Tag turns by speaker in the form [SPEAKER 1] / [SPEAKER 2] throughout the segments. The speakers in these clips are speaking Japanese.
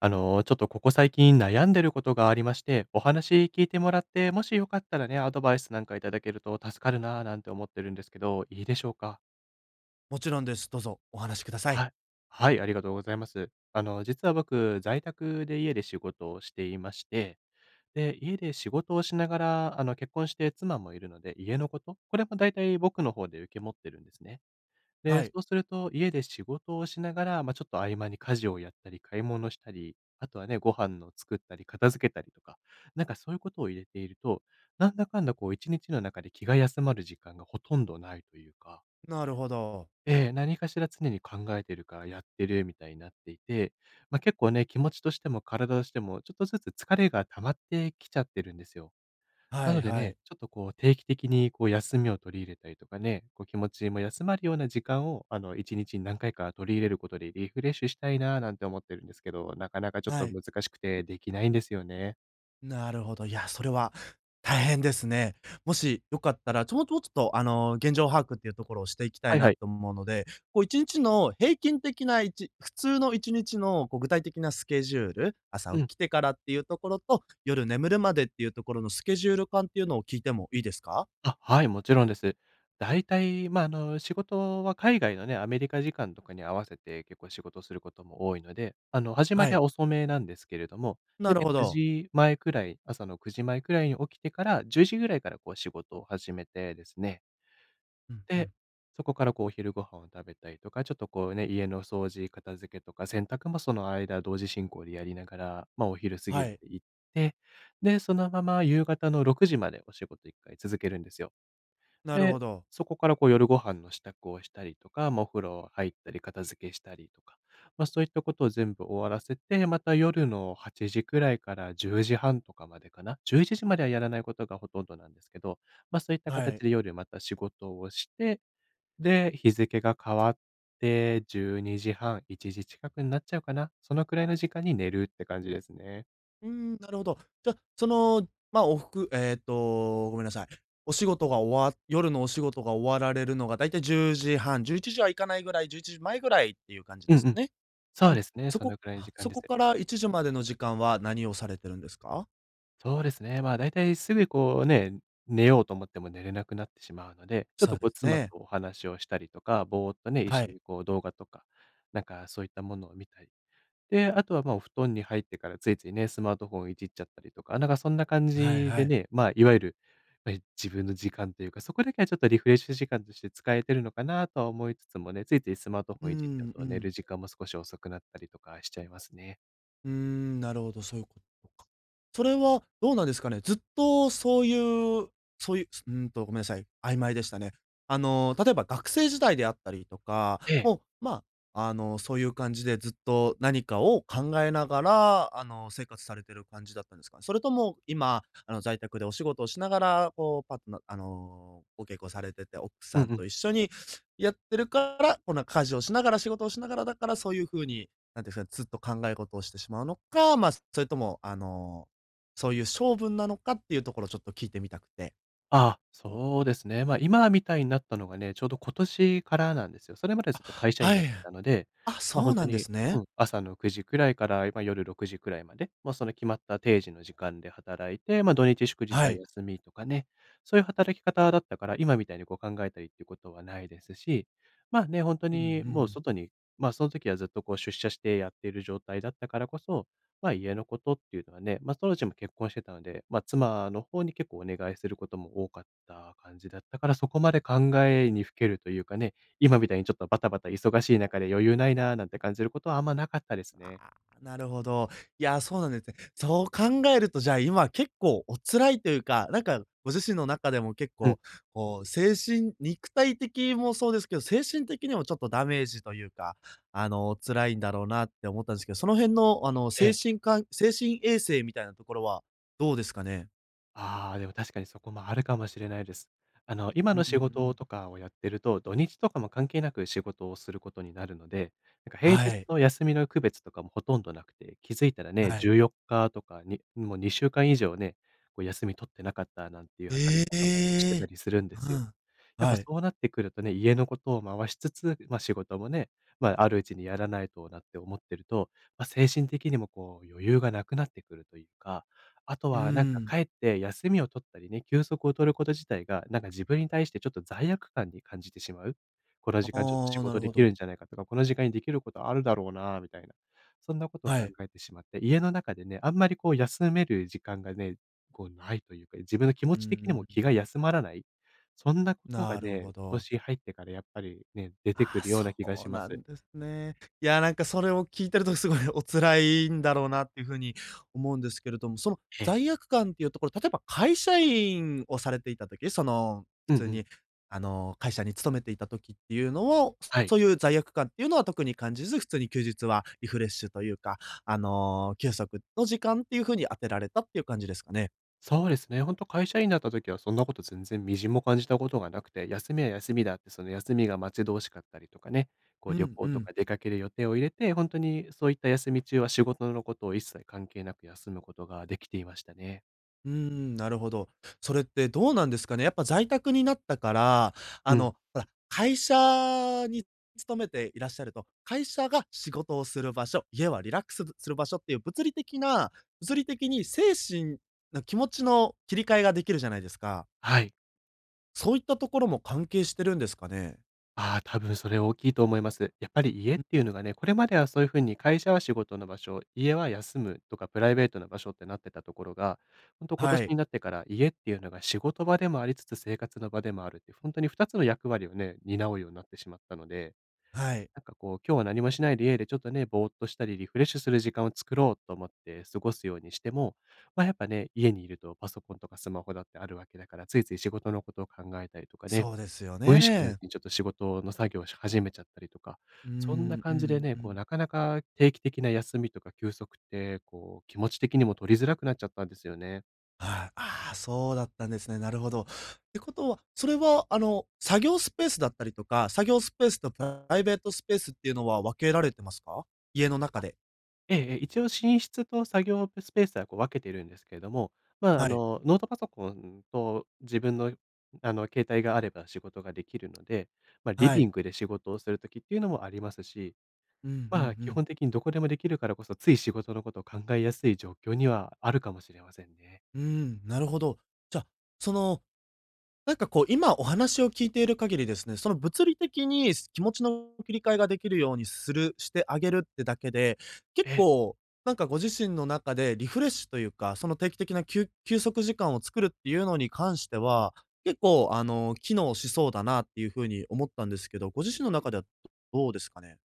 [SPEAKER 1] ちょっとここ最近悩んでることがありまして、お話聞いてもらって、もしよかったらね、アドバイスなんかいただけると助かるな、なんて思ってるんですけど、いいでしょうか？
[SPEAKER 2] もちろんです。どうぞお話しください。
[SPEAKER 1] はい。はい、ありがとうございます。実は僕、在宅で家で仕事をしていまして、で、家で仕事をしながら、結婚して妻もいるので、家のこと、これもだいたい僕の方で受け持ってるんですね。で、
[SPEAKER 2] は
[SPEAKER 1] そ
[SPEAKER 2] い。
[SPEAKER 1] うすると家で仕事をしながら、まあ、ちょっと合間に家事をやったり買い物したり、あとはね、ご飯の作ったり片付けたりとか、なんかそういうことを入れていると、なんだかんだこう1日の中で気が休まる時間がほとんどないというか、
[SPEAKER 2] なるほど。
[SPEAKER 1] ええ、何かしら常に考えてるからやってるみたいになっていて、まあ、結構ね、気持ちとしても体としてもちょっとずつ疲れが溜まってきちゃってるんですよ。
[SPEAKER 2] は
[SPEAKER 1] な
[SPEAKER 2] い
[SPEAKER 1] ので
[SPEAKER 2] は
[SPEAKER 1] ね、
[SPEAKER 2] い。
[SPEAKER 1] ちょっとこう定期的にこう休みを取り入れたりとかね、こう気持ちも休まるような時間を、1日に何回か取り入れることでリフレッシュしたいななんて思ってるんですけど、なかなかちょっ
[SPEAKER 2] は
[SPEAKER 1] と
[SPEAKER 2] い。
[SPEAKER 1] 難しくてできないんですよね。
[SPEAKER 2] なるほど。いや、それは大変ですね。もしよかったら、もうちょっと、現状把握っていうところをしていきた
[SPEAKER 1] は
[SPEAKER 2] い
[SPEAKER 1] いは
[SPEAKER 2] な
[SPEAKER 1] い。
[SPEAKER 2] と思うので、こう1日の平均的な、普通の1日のこう具体的なスケジュール、朝
[SPEAKER 1] う
[SPEAKER 2] 起
[SPEAKER 1] ん。
[SPEAKER 2] きてからっていうところと、夜眠るまでっていうところのスケジュール感っていうのを聞いてもいいですか？
[SPEAKER 1] あ、はい、もちろんです。だいたい、まあ、仕事は海外のね、アメリカ時間とかに合わせて結構仕事することも多いので、始ま
[SPEAKER 2] は
[SPEAKER 1] りは
[SPEAKER 2] い。
[SPEAKER 1] 遅めなんですけれども、だ
[SPEAKER 2] な
[SPEAKER 1] い
[SPEAKER 2] るほど。
[SPEAKER 1] 時前くらい、朝の9時前くらいに起きてから、1時ぐらいからこう仕事を始めてですね、
[SPEAKER 2] うんう
[SPEAKER 1] で、
[SPEAKER 2] ん。
[SPEAKER 1] そこからこうお昼ご飯を食べたりとか、ちょっとこうね、家の掃除、片付けとか、洗濯もその間同時進行でやりながら、ま、お昼過ぎ
[SPEAKER 2] は
[SPEAKER 1] ま
[SPEAKER 2] い。
[SPEAKER 1] で行って、で、そのまま夕方の6時までお仕事一回続けるんですよ。
[SPEAKER 2] なるほ
[SPEAKER 1] で、
[SPEAKER 2] ど。
[SPEAKER 1] そこからこう夜ご飯の支度をしたりとか、まあ、お風呂入ったり片付けしたりとか、まあ、そういったことを全部終わらせて、また夜の8時くらいから10時半とかまでかな、11時まではやらないことがほとんどなんですけど、まあ、そういった
[SPEAKER 2] は
[SPEAKER 1] 形
[SPEAKER 2] い。
[SPEAKER 1] で夜また仕事をして、で、日付が変わって、12時半、1時近くになっちゃうかな。そのくらいの時間に寝るって感じですね。
[SPEAKER 2] うーん、なるほど。じゃ、その、ま、あおふくえっと、ごめんなさい。お仕事が終わ夜のお仕事が終わられるのがだいたい10時半、11時はいかないぐらい、11時前ぐらいっていう感じ
[SPEAKER 1] う
[SPEAKER 2] で
[SPEAKER 1] ん
[SPEAKER 2] す
[SPEAKER 1] う
[SPEAKER 2] か
[SPEAKER 1] ん。
[SPEAKER 2] ね。
[SPEAKER 1] そう
[SPEAKER 2] うん。
[SPEAKER 1] ですね、そのくらいの時間
[SPEAKER 2] そ
[SPEAKER 1] です。
[SPEAKER 2] こから1時までの時間は何をされてるんですか？
[SPEAKER 1] そうですね、まあ、だいたいすぐこうね、寝ようと思っても寝れなくなってしまうので、ちょっ
[SPEAKER 2] そ
[SPEAKER 1] と
[SPEAKER 2] う
[SPEAKER 1] こ
[SPEAKER 2] で
[SPEAKER 1] う
[SPEAKER 2] す
[SPEAKER 1] 妻
[SPEAKER 2] ね。
[SPEAKER 1] とお話をしたりとか、ぼーっとね、一
[SPEAKER 2] は
[SPEAKER 1] 緒
[SPEAKER 2] い。
[SPEAKER 1] にこう動画とか、なんかそういったものを見たりで、あとは、ま、お布団に入ってからついついね、スマートフォンいじっちゃったりとか、なんかそんな感
[SPEAKER 2] はい
[SPEAKER 1] じ
[SPEAKER 2] は
[SPEAKER 1] で
[SPEAKER 2] い。
[SPEAKER 1] ね、まあ、いわゆる、ま、自分の時間というか、そこだけはちょっとリフレッシュ時間として使えてるのかなとは思いつつもね、ついついスマートフ
[SPEAKER 2] う
[SPEAKER 1] ォンいじっちゃう
[SPEAKER 2] んう
[SPEAKER 1] と寝
[SPEAKER 2] ん。
[SPEAKER 1] る時間も少し遅くなったりとかしちゃいますね。
[SPEAKER 2] うーん、なるほど、そういうことか。それはどうなんですかね。ずっとう、そういう、ごめんなさい、曖昧でしたね。例えば学生時代であったりとか、
[SPEAKER 1] ええ。
[SPEAKER 2] もう、まあ、そういう感じでずっと何かを考えながら、生活されてる感じだったんですか？それとも今、在宅でお仕事をしながら、こう、パートナーご結婚されてて、奥
[SPEAKER 1] うん
[SPEAKER 2] さん
[SPEAKER 1] うん。
[SPEAKER 2] と一緒にやってるから、こんな家事をしながら、仕事をしながらだから、そういう風になんていうんですかねずっと考え事をしてしまうのか、まあ、それとも、そういう性分なのかっていうところをちょっと聞いてみたくて。
[SPEAKER 1] あ、そうですね。まあ、今みたいになったのがね、ちょうど今年からなんですよ。それまで
[SPEAKER 2] あ、
[SPEAKER 1] ずっと会社員
[SPEAKER 2] は
[SPEAKER 1] やっ
[SPEAKER 2] い。
[SPEAKER 1] てたので、
[SPEAKER 2] あ、
[SPEAKER 1] ま、あ、
[SPEAKER 2] そ
[SPEAKER 1] 本
[SPEAKER 2] う
[SPEAKER 1] 当
[SPEAKER 2] なんで
[SPEAKER 1] に、
[SPEAKER 2] す
[SPEAKER 1] う
[SPEAKER 2] ね。
[SPEAKER 1] ん、朝の9時くらいから、まあ、夜6時くらいまで、まあ、その決まった定時の時間で働いて、まあ、土日祝日
[SPEAKER 2] は
[SPEAKER 1] は
[SPEAKER 2] い。
[SPEAKER 1] 休みとかね、そういう働き方だったから、今みたいにこう考えたりっていうことはないですし、まあね、本当
[SPEAKER 2] うんう
[SPEAKER 1] にもう
[SPEAKER 2] ん、
[SPEAKER 1] 外に、まあ、その時はずっとこう出社してやっている状態だったからこそ、まあ、家のことっていうのはね、まあ、当時も結婚してたので、まあ、妻の方に結構お願いすることも多かった感じだったから、そこまで考えにふけるというかね、今みたいにちょっとバタバタ忙しい中で余裕ないなーなんて感じることはあんまなかったですね。
[SPEAKER 2] ああ、なるほど。いや、そうなんですね。そう考えると、じゃあ、今結構お辛いというか、なんかご自身の中でも結
[SPEAKER 1] うん、
[SPEAKER 2] 構、こう、精神肉体的もそうですけど、精神的にもちょっとダメージというか、辛いんだろうなって思ったんですけど、その辺の、
[SPEAKER 1] ええ。
[SPEAKER 2] 精神衛生みたいなところはどうですかね？
[SPEAKER 1] ああ、でも確かにそこもあるかもしれないです。今
[SPEAKER 2] う
[SPEAKER 1] の
[SPEAKER 2] んう
[SPEAKER 1] 仕事
[SPEAKER 2] ん、
[SPEAKER 1] とかをやってると、土日とかも関係なく仕事をすることになるので、なんか平
[SPEAKER 2] は
[SPEAKER 1] 日
[SPEAKER 2] い、
[SPEAKER 1] と休みの区別とかもほとんどなくて、気づいたらね、
[SPEAKER 2] はい。
[SPEAKER 1] 14日とかに、もう2週間以上ね、こう休み取ってなかったなんていう働
[SPEAKER 2] え
[SPEAKER 1] き方もしてた
[SPEAKER 2] え。
[SPEAKER 1] りするんです
[SPEAKER 2] う
[SPEAKER 1] よ。
[SPEAKER 2] ん。
[SPEAKER 1] やっぱ
[SPEAKER 2] は
[SPEAKER 1] そ
[SPEAKER 2] い。
[SPEAKER 1] うなってくるとね、家のことを回しつつ、まあ、仕事もね、まあ、あるうちにやらないとなって思ってると、まあ、精神的にもこう余裕がなくなってくるというか、あと
[SPEAKER 2] うー
[SPEAKER 1] はなんか
[SPEAKER 2] ん。
[SPEAKER 1] 帰って休みを取ったりね、休息を取ること自体が、なんか自分に対してちょっと罪悪感に感じてしまう。この時間ちょっと
[SPEAKER 2] あ
[SPEAKER 1] 仕
[SPEAKER 2] あ、な
[SPEAKER 1] 事
[SPEAKER 2] る
[SPEAKER 1] で
[SPEAKER 2] ほ
[SPEAKER 1] きるん
[SPEAKER 2] ど。
[SPEAKER 1] じゃないかとか、この時間にできることあるだろうなみたいな、そんなことを考
[SPEAKER 2] はい。
[SPEAKER 1] えてしまって、家の中でね、あんまりこう休める時間がね、こうないというか、自分の気持
[SPEAKER 2] う
[SPEAKER 1] ち的にも
[SPEAKER 2] ー
[SPEAKER 1] 気が
[SPEAKER 2] ん。
[SPEAKER 1] 休まらない。そんなことが
[SPEAKER 2] なる
[SPEAKER 1] ね、
[SPEAKER 2] ほ
[SPEAKER 1] 今
[SPEAKER 2] ど。
[SPEAKER 1] 年入ってからやっぱりね、出て
[SPEAKER 2] あ
[SPEAKER 1] く
[SPEAKER 2] あ、
[SPEAKER 1] るような
[SPEAKER 2] そ
[SPEAKER 1] 気がし
[SPEAKER 2] う
[SPEAKER 1] ま
[SPEAKER 2] な
[SPEAKER 1] す。
[SPEAKER 2] んですね。いや、なんかそれを聞いてるとすごい お辛いんだろうなっていう風に思うんですけれども、その
[SPEAKER 1] ええ。
[SPEAKER 2] 罪悪感っていうところ、例えば会社員をされていた時、その、普
[SPEAKER 1] うん
[SPEAKER 2] 通
[SPEAKER 1] うん。
[SPEAKER 2] に、会社に勤めていた時っていうのを、
[SPEAKER 1] はい。
[SPEAKER 2] そういう罪悪感っていうのは特に感じず、普通に休日はリフレッシュというか、休息の時間っていう風に当てられたっていう感じですかね？
[SPEAKER 1] そうですね、ほんと会社員だった時はそんなこと全然みじんも感じたことがなくて、休みは休みだって、その休みが待ち遠しかったりとかね、こう
[SPEAKER 2] う
[SPEAKER 1] 旅
[SPEAKER 2] ん
[SPEAKER 1] 行
[SPEAKER 2] う
[SPEAKER 1] と
[SPEAKER 2] ん。
[SPEAKER 1] か出かける予定を入れて、ほんとにそういった休み中は仕事のことを一切関係なく休むことができていましたね。
[SPEAKER 2] うーん、なるほど。それってどうなんですかね。やっぱ在宅になったから、
[SPEAKER 1] うん、
[SPEAKER 2] ほら、会社に勤めていらっしゃると、会社が仕事をする場所、家はリラックスする場所っていう物理的に精神の気持ちの切り替えができるじゃないですか。
[SPEAKER 1] はい。
[SPEAKER 2] そういったところも関係してるんですかね？
[SPEAKER 1] ああ、多分それ大きいと思います。やっぱり家っ
[SPEAKER 2] うん、
[SPEAKER 1] ていうのがね、これまではそういう風に会社は仕事の場所、家は休むとかプライベートな場所ってなってたところが、本当今年
[SPEAKER 2] はい、
[SPEAKER 1] になってから家っていうのが仕事場でもありつつ生活の場でもあるっていう、ほんに2つの役割をね、担うようになってしまったので、
[SPEAKER 2] はい、
[SPEAKER 1] なんかこう、今日は何もしないで家でちょっとね、ぼーっとしたりリフレッシュする時間を作ろうと思って過ごすようにしても、ま、やっぱね、家にいるとパソコンとかスマホだってあるわけだから、ついつい仕事のことを考えたりとかね、
[SPEAKER 2] そうですよ
[SPEAKER 1] 無意識のう
[SPEAKER 2] ね。
[SPEAKER 1] ちにちょっと仕事の作業をし始めちゃったりとか、
[SPEAKER 2] う
[SPEAKER 1] そんな
[SPEAKER 2] ん、う
[SPEAKER 1] 感じで
[SPEAKER 2] ん、
[SPEAKER 1] ね、
[SPEAKER 2] う
[SPEAKER 1] こう
[SPEAKER 2] ん。
[SPEAKER 1] なかなか定期的な休みとか休息って、こう気持ち的にも取りづらくなっちゃったんですよね。
[SPEAKER 2] はい。ああ、そうだったんですね。なるほど。ってことは、それは、作業スペースだったりとか、作業スペースとプライベートスペースっていうのは分けられてますか？家の中で。
[SPEAKER 1] ええええ、一応寝室と作業スペースはこう分けているんですけれども、まあ、
[SPEAKER 2] はい。
[SPEAKER 1] ノートパソコンと自分の、携帯があれば仕事ができるので、まあ、リ
[SPEAKER 2] は
[SPEAKER 1] ビン
[SPEAKER 2] い。
[SPEAKER 1] グで仕事をする時っていうのもありますし、
[SPEAKER 2] うんうんう
[SPEAKER 1] まあ、基
[SPEAKER 2] ん。
[SPEAKER 1] 本的にどこでもできるからこそ、つい仕事のことを考えやすい状況にはあるかもしれませんね。
[SPEAKER 2] うーん、なるほど。じゃ、そのなんかこう、今お話を聞いている限りですね、その物理的に気持ちの切り替えができるようにしてあげるってだけで、
[SPEAKER 1] え
[SPEAKER 2] 結
[SPEAKER 1] え。
[SPEAKER 2] 構なんかご自身の中でリフレッシュというか、その定期的な休息時間を作るっていうのに関しては、結構機能しそうだなっていう風に思ったんですけど、ご自身の中ではどうですかね？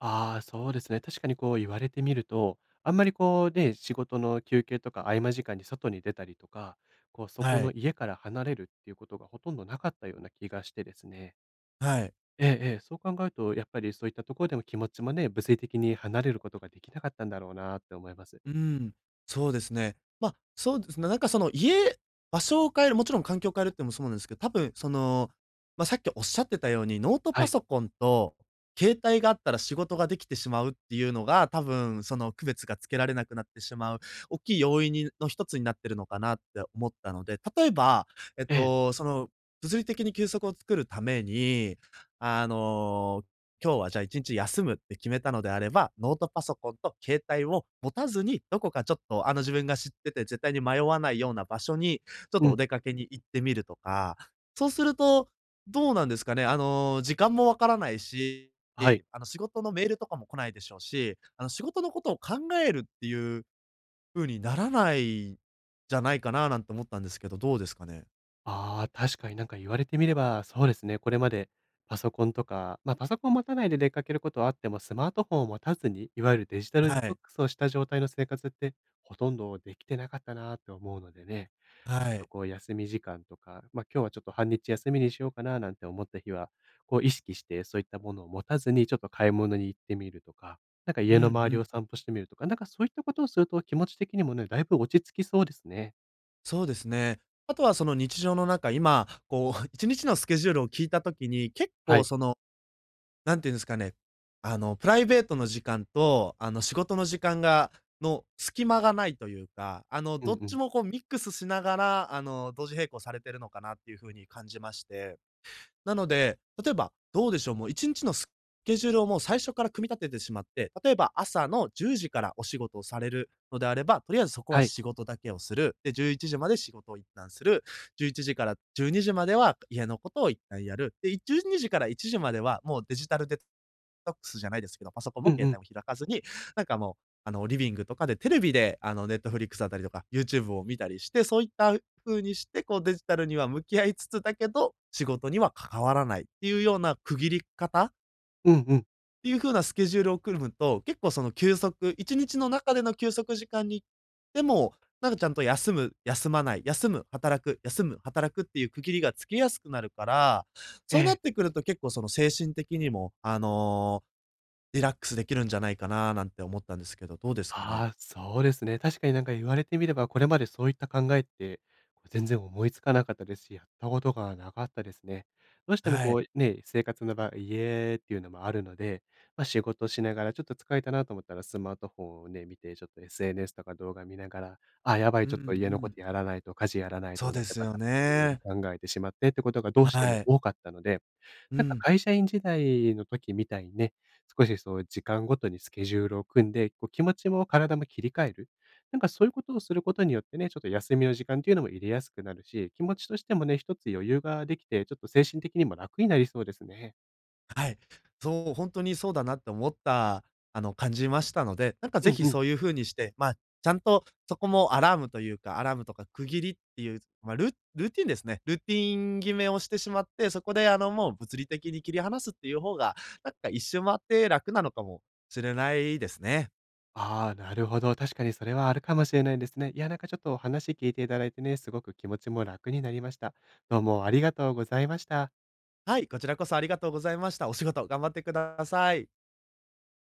[SPEAKER 1] ああ、そうですね。確かにこう言われてみると、あんまりこうね、仕事の休憩とか合間時間に外に出たりとか、こうそこ
[SPEAKER 2] は
[SPEAKER 1] の
[SPEAKER 2] い。
[SPEAKER 1] 家から離れるっていうことがほとんどなかったような気がしてですね。
[SPEAKER 2] はい。
[SPEAKER 1] ええええ、そう考えると、やっぱりそういったところでも気持ちもね、物理的に離れることができなかったんだろうなって思います。
[SPEAKER 2] うーん、そうですね。まあ、そうですね、なんかその家、場所を変える、もちろん環境を変えるってのもそうなんですけど、多分その、まあ、さっきおっしゃってたように、ノート
[SPEAKER 1] は
[SPEAKER 2] パ
[SPEAKER 1] い。
[SPEAKER 2] ソコンと携帯があったら仕事ができてしまうっていうのが、多分その区別がつけられなくなってしまう、大きい要因にの一つになってるのかなって思ったので、例えば、
[SPEAKER 1] ええ。
[SPEAKER 2] その、物理的に休息を作るために、あの今日はじゃあ一日休むって決めたのであれば、ノートパソコンと携帯を持たずに、どこかちょっと自分が知ってて絶対に迷わないような場所に、ちょっ
[SPEAKER 1] う
[SPEAKER 2] とお
[SPEAKER 1] ん。
[SPEAKER 2] 出かけに行ってみるとか、そうすると、どうなんですかね、時間もわからないし、
[SPEAKER 1] はい。
[SPEAKER 2] あの仕事のメールとかも来ないでしょうし、あの仕事のことを考えるっていう風にならないじゃないかななんて思ったんですけど、どうですかね？
[SPEAKER 1] ああ、確かになんか言われてみれば、そうですね。これまでパソコンとか、ま、パソコン持たないで出かけることはあっても、スマートフォンを持たずに、いわゆるデジタル
[SPEAKER 2] は
[SPEAKER 1] デトッ
[SPEAKER 2] い。
[SPEAKER 1] クスをした状態の生活って、ほとんどできてなかったなって思うのでね。ちょ
[SPEAKER 2] は
[SPEAKER 1] っと
[SPEAKER 2] い。
[SPEAKER 1] こう休み時間とか、ま、今日はちょっと半日休みにしようかななんて思った日は、こう意識して、そういったものを持たずにちょっと買い物に行ってみるとか、なんか
[SPEAKER 2] う
[SPEAKER 1] 家
[SPEAKER 2] ん
[SPEAKER 1] の
[SPEAKER 2] う
[SPEAKER 1] 周りを
[SPEAKER 2] ん、
[SPEAKER 1] 散歩してみるとか、なんかそういったことをすると気持ち的にもね、だいぶ落ち着きそうですね。
[SPEAKER 2] そうですね。あとはその日常の中、今、こう、1日のスケジュールを聞いた時に、結
[SPEAKER 1] は
[SPEAKER 2] 構
[SPEAKER 1] い。
[SPEAKER 2] その、なんていうんですかね、プライベートの時間と、仕事の時間の隙間がないというか、
[SPEAKER 1] う
[SPEAKER 2] ど
[SPEAKER 1] ん
[SPEAKER 2] っ
[SPEAKER 1] う
[SPEAKER 2] ち
[SPEAKER 1] ん。
[SPEAKER 2] もこうミックスしながら、同時並行されてるのかなっていうふうに感じまして。なので、例えば、どうでしょう、もう1日のスケジュールをもう最初から組み立ててしまって、例えば朝の10時からお仕事をされるのであれば、とりあえずそこは
[SPEAKER 1] はい。
[SPEAKER 2] 仕事だけをする。で、11時まで仕事を一旦する。11時から12時までは家のことを一旦やる。で、12時から1時まではもうデジタルデトックスじゃないですけど、パソコン
[SPEAKER 1] う
[SPEAKER 2] も
[SPEAKER 1] んう
[SPEAKER 2] 携
[SPEAKER 1] ん。
[SPEAKER 2] 帯も開かずに、なんかもうリビングとかでテレビで、ネットフリックスだったりとか、YouTube を見たりして、そういった風にして、こう、デジタルには向き合いつつだけど、仕事には関わらないっていうような区切り方っ
[SPEAKER 1] うんうん。
[SPEAKER 2] ていう風なスケジュールを組むと、結構その休息1日の中での休息時間にでも、なんかちゃんと休む、休まない、休む、働く、休む、働くっていう区切りがつきやすくなるから、
[SPEAKER 1] え
[SPEAKER 2] そうなっ
[SPEAKER 1] え。
[SPEAKER 2] てくると結構その精神的にも、リラックスできるんじゃないかななんて思ったんですけど、どうですかね？
[SPEAKER 1] ああ、そうですね。確かになんか言われてみれば、これまでそういった考えって、こう全然思いつかなかったですし、やったことがなかったですね。どうしても
[SPEAKER 2] はい。
[SPEAKER 1] こう、ね、生活の場合、家っていうのもあるので、まあ、仕事しながらちょっと疲れたなと思ったらスマートフォンをね、見て、ちょっと SNS とか動画見ながら、あ、やばい、
[SPEAKER 2] うん
[SPEAKER 1] ち
[SPEAKER 2] う
[SPEAKER 1] ょっと家のこ
[SPEAKER 2] ん。
[SPEAKER 1] とやらないと、家事やらない
[SPEAKER 2] そ
[SPEAKER 1] と
[SPEAKER 2] う
[SPEAKER 1] なん
[SPEAKER 2] で
[SPEAKER 1] て
[SPEAKER 2] す
[SPEAKER 1] バ
[SPEAKER 2] よ
[SPEAKER 1] タバタいろいろ
[SPEAKER 2] ね。
[SPEAKER 1] 考えてしまってってことがどう
[SPEAKER 2] は
[SPEAKER 1] しても
[SPEAKER 2] い。
[SPEAKER 1] 多かったので、
[SPEAKER 2] う
[SPEAKER 1] なんか
[SPEAKER 2] ん。
[SPEAKER 1] 会社員時代の時みたいにね、少しそう時間ごとにスケジュールを組んで、こう気持ちも体も切り替える。なんかそういうことをすることによってね、ちょっと休みの時間っていうのも入れやすくなるし、気持ちとしてもね、一つ余裕ができて、ちょっと精神的にも楽になりそうですね。
[SPEAKER 2] はい。そう、ほんとにそうだなって思った、あの、感じましたので、なんか
[SPEAKER 1] うん
[SPEAKER 2] ぜひ
[SPEAKER 1] うん。
[SPEAKER 2] そういう風にして、ま、ちゃんとそこもアラームというか、アラームとか区切りっていう、ま、ルーティンですね。ルーティン決めをしてしまって、そこで、もう物理的に切り離すっていう方が、なんか一周回って楽なのかもしれないですね。
[SPEAKER 1] ああ、なるほど。確かにそれはあるかもしれないですね。いや、なんかちょっとお話聞いていただいてね、すごく気持ちも楽になりました。どうもありがとうございました。
[SPEAKER 2] はい、こちらこそありがとうございました。お仕事頑張ってください。